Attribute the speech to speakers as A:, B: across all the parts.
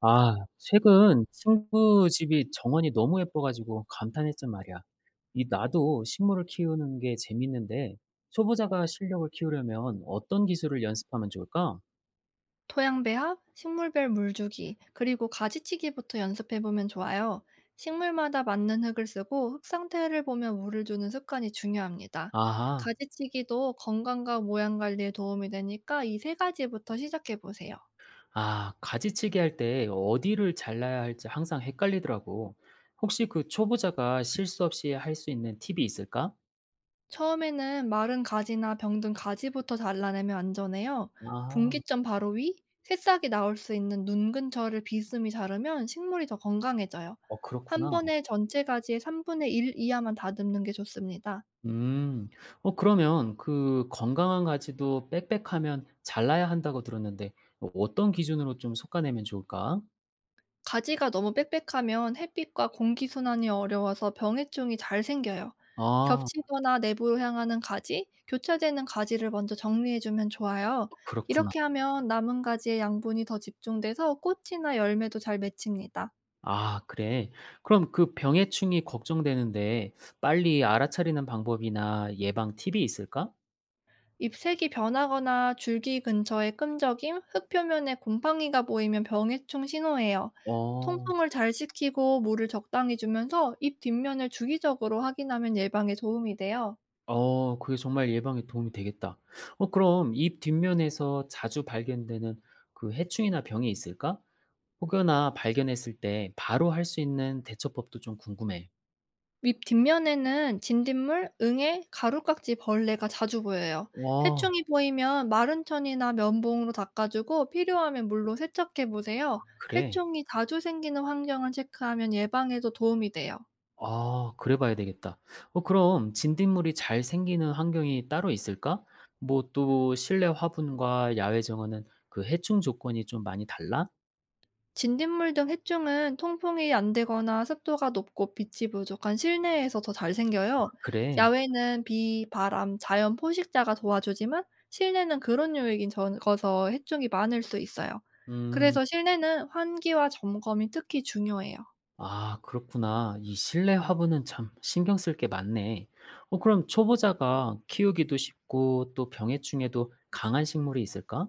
A: 아, 최근 친구 집이 정원이 너무 예뻐 가지고 감탄했단 말이야. 이 나도 식물을 키우는 게 재밌는데, 초보자가 실력을 키우려면 어떤 기술을 연습하면 좋을까?
B: 토양 배합, 식물별 물 주기, 그리고 가지치기부터 연습해 보면 좋아요. 식물마다 맞는 흙을 쓰고 흙 상태를 보며 물을 주는 습관이 중요합니다.
A: 아하.
B: 가지치기도 건강과 모양 관리에 도움이 되니까 이 세 가지부터 시작해 보세요.
A: 아, 가지치기 할 때 어디를 잘라야 할지 항상 헷갈리더라고. 혹시 그 초보자가 실수 없이 할 수 있는 팁이 있을까?
B: 처음에는 마른 가지나 병든 가지부터 잘라내면 안전해요.
A: 아,
B: 분기점 바로 위, 새싹이 나올 수 있는 눈 근처를 비스듬히 자르면 식물이 더 건강해져요.
A: 어,
B: 한
A: 그렇구나.
B: 번에 전체 가지의 3분의 1 이하만 다듬는 게 좋습니다.
A: 음. 어, 그러면 그 건강한 가지도 빽빽하면 잘라야 한다고 들었는데 어떤 기준으로 좀 솎아내면 좋을까?
B: 가지가 너무 빽빽하면 햇빛과 공기 순환이 어려워서 병해충이 잘 생겨요.
A: 아,
B: 겹치거나 내부로 향하는 가지, 교차되는 가지를 먼저 정리해주면 좋아요.
A: 그렇구나.
B: 이렇게 하면 남은 가지의 양분이 더 집중돼서 꽃이나 열매도 잘 맺힙니다.
A: 아, 그래. 그럼 그 병해충이 걱정되는데 빨리 알아차리는 방법이나 예방 팁이 있을까?
B: 잎색이 변하거나 줄기 근처에 끈적임, 흙 표면에 곰팡이가 보이면 병해충 신호예요.
A: 어.
B: 통풍을 잘 시키고 물을 적당히 주면서 잎 뒷면을 주기적으로 확인하면 예방에 도움이 돼요.
A: 어, 그게 정말 예방에 도움이 되겠다. 어, 그럼 입 뒷면에서 자주 발견되는 그 해충이나 병이 있을까? 혹여나 발견했을 때 바로 할 수 있는 대처법도 좀 궁금해.
B: 윗 뒷면에는 진딧물, 응애, 가루깍지, 벌레가 자주 보여요.
A: 와,
B: 해충이 보이면 마른 천이나 면봉으로 닦아주고 필요하면 물로 세척해 보세요.
A: 그래?
B: 해충이 자주 생기는 환경을 체크하면 예방에도 도움이 돼요.
A: 아, 그래 봐야 되겠다. 어, 그럼 진딧물이 잘 생기는 환경이 따로 있을까? 뭐 또 실내 화분과 야외 정원은 그 해충 조건이 좀 많이 달라?
B: 진딧물 등 해충은 통풍이 안 되거나 습도가 높고 빛이 부족한 실내에서 더 잘 생겨요.
A: 그래.
B: 야외는 비, 바람, 자연 포식자가 도와주지만 실내는 그런 요인이 적어서 해충이 많을 수 있어요.
A: 음.
B: 그래서 실내는 환기와 점검이 특히 중요해요.
A: 아, 그렇구나. 이 실내 화분은 참 신경 쓸 게 많네. 어, 그럼 초보자가 키우기도 쉽고 또 병해충에도 강한 식물이 있을까?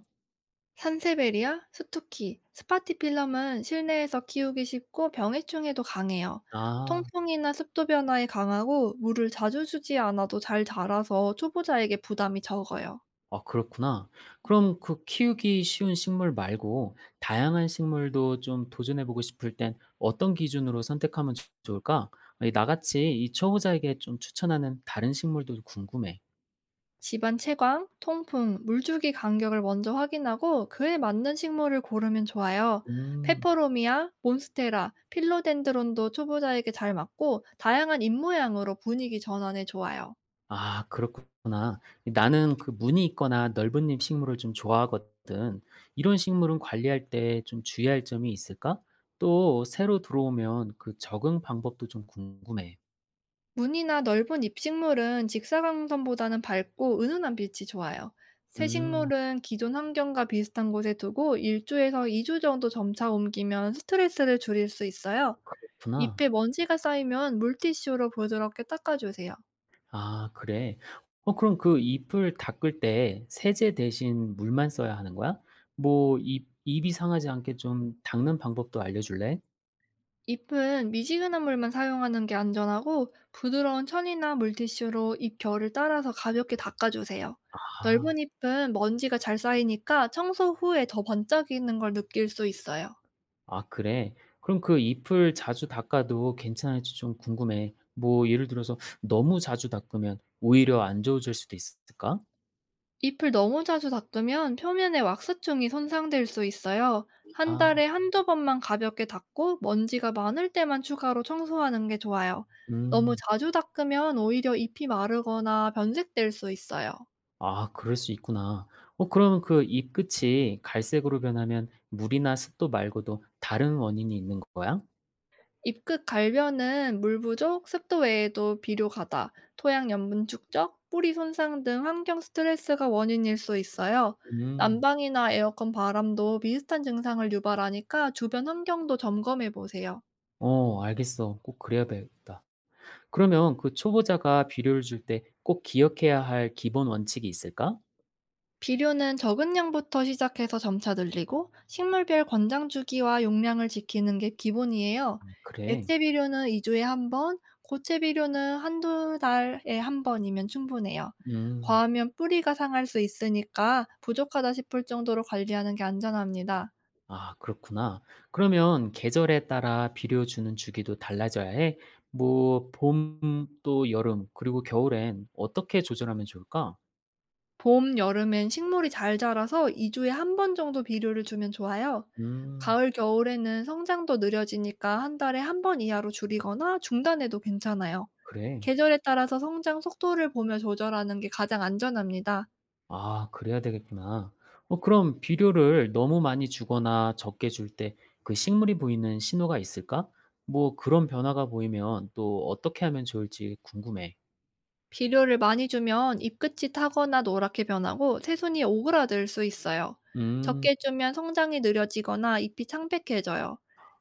B: 산세베리아, 스투키, 스파티필럼은 실내에서 키우기 쉽고 병해충에도 강해요.
A: 아.
B: 통풍이나 습도 변화에 강하고 물을 자주 주지 않아도 잘 자라서 초보자에게 부담이 적어요.
A: 아, 그렇구나. 그럼 그 키우기 쉬운 식물 말고 다양한 식물도 좀 도전해 보고 싶을 땐 어떤 기준으로 선택하면 좋 좋을까? 아니, 나같이 이 초보자에게 좀 추천하는 다른 식물도 궁금해.
B: 집안 채광, 통풍, 물주기 간격을 먼저 확인하고 그에 맞는 식물을 고르면 좋아요.
A: 음.
B: 페퍼로미아, 몬스테라, 필로덴드론도 초보자에게 잘 맞고 다양한 잎 모양으로 분위기 전환에 좋아요.
A: 아, 그렇구나. 나는 그 무늬 있거나 넓은 잎 식물을 좀 좋아하거든. 이런 식물은 관리할 때 좀 주의할 점이 있을까? 또 새로 들어오면 그 적응 방법도 좀 궁금해.
B: 무늬나 넓은 잎식물은 직사광선보다는 밝고 은은한 빛이 좋아요. 새
A: 음,
B: 식물은 기존 환경과 비슷한 곳에 두고 1주에서 2주 정도 점차 옮기면 스트레스를 줄일 수 있어요.
A: 그렇구나.
B: 잎에 먼지가 쌓이면 물티슈로 부드럽게 닦아주세요.
A: 아, 그래? 어, 그럼 그 잎을 닦을 때 세제 대신 물만 써야 하는 거야? 뭐 잎 잎이 상하지 않게 좀 닦는 방법도 알려줄래?
B: 잎은 미지근한 물만 사용하는 게 안전하고 부드러운 천이나 물티슈로 잎 결을 따라서 가볍게 닦아주세요.
A: 아.
B: 넓은 잎은 먼지가 잘 쌓이니까 청소 후에 더 번쩍이는 걸 느낄 수 있어요.
A: 아, 그래? 그럼 그 잎을 자주 닦아도 괜찮을지 좀 궁금해. 뭐 예를 들어서 너무 자주 닦으면 오히려 안 좋아질 수도 있을까?
B: 잎을 너무 자주 닦으면 표면에 왁스충이 손상될 수 있어요. 한
A: 아.
B: 달에 한두 번만 가볍게 닦고 먼지가 많을 때만 추가로 청소하는 게 좋아요. 너무
A: 음.
B: 자주 닦으면 오히려 잎이 마르거나 변색될 수 있어요.
A: 아, 그럴 수 있구나. 어, 그럼 그 잎 끝이 갈색으로 변하면 물이나 습도 말고도 다른 원인이 있는 거야?
B: 입극 갈변은 물 부족, 습도 외에도 비료 가다, 토양 염분 축적, 뿌리 손상 등 환경 스트레스가 원인일 수 있어요.
A: 음.
B: 난방이나 에어컨 바람도 비슷한 증상을 유발하니까 주변 환경도 점검해 보세요.
A: 어, 알겠어. 꼭 그래야겠다. 그러면 그 초보자가 비료를 줄 때 꼭 기억해야 할 기본 원칙이 있을까?
B: 비료는 적은 양부터 시작해서 점차 늘리고 식물별 권장 주기와 용량을 지키는 게 기본이에요.
A: 그래.
B: 액체 비료는 2주에 한 번, 고체 비료는 한두 달에 한 번이면 충분해요.
A: 음.
B: 과하면 뿌리가 상할 수 있으니까 부족하다 싶을 정도로 관리하는 게 안전합니다.
A: 아, 그렇구나. 그러면 계절에 따라 비료 주는 주기도 달라져야 해? 뭐 봄, 또 여름, 그리고 겨울엔 어떻게 조절하면 좋을까?
B: 봄, 여름엔 식물이 잘 자라서 2 주에 한 번 정도 비료를 주면 좋아요.
A: 음,
B: 가을, 겨울에는 성장도 느려지니까 한 달에 한 번 이하로 줄이거나 중단해도 괜찮아요.
A: 그래.
B: 계절에 따라서 성장 속도를 보며 조절하는 게 가장 안전합니다.
A: 아, 그래야 되겠구나. 어, 그럼 비료를 너무 많이 주거나 적게 줄 때 그 식물이 보이는 신호가 있을까? 뭐 그런 변화가 보이면 또 어떻게 하면 좋을지 궁금해.
B: 비료를 많이 주면 잎끝이 타거나 노랗게 변하고 새순이 오그라들 수 있어요.
A: 음.
B: 적게 주면 성장이 느려지거나 잎이 창백해져요.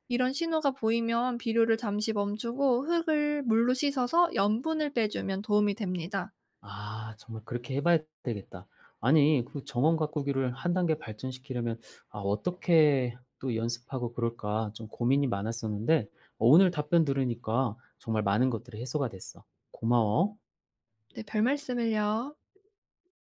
B: 이런 신호가 보이면 비료를 잠시 멈추고 흙을 물로 씻어서 염분을 빼주면 도움이 됩니다.
A: 아, 정말 그렇게 해 봐야 되겠다. 아니 그 정원 가꾸기를 한 단계 발전시키려면, 아 어떻게 또 연습하고 그럴까 좀 고민이 많았었는데, 어 오늘 답변 들으니까 정말 많은 것들이 해소가 됐어. 고마워.
B: 네, 별 말씀을요.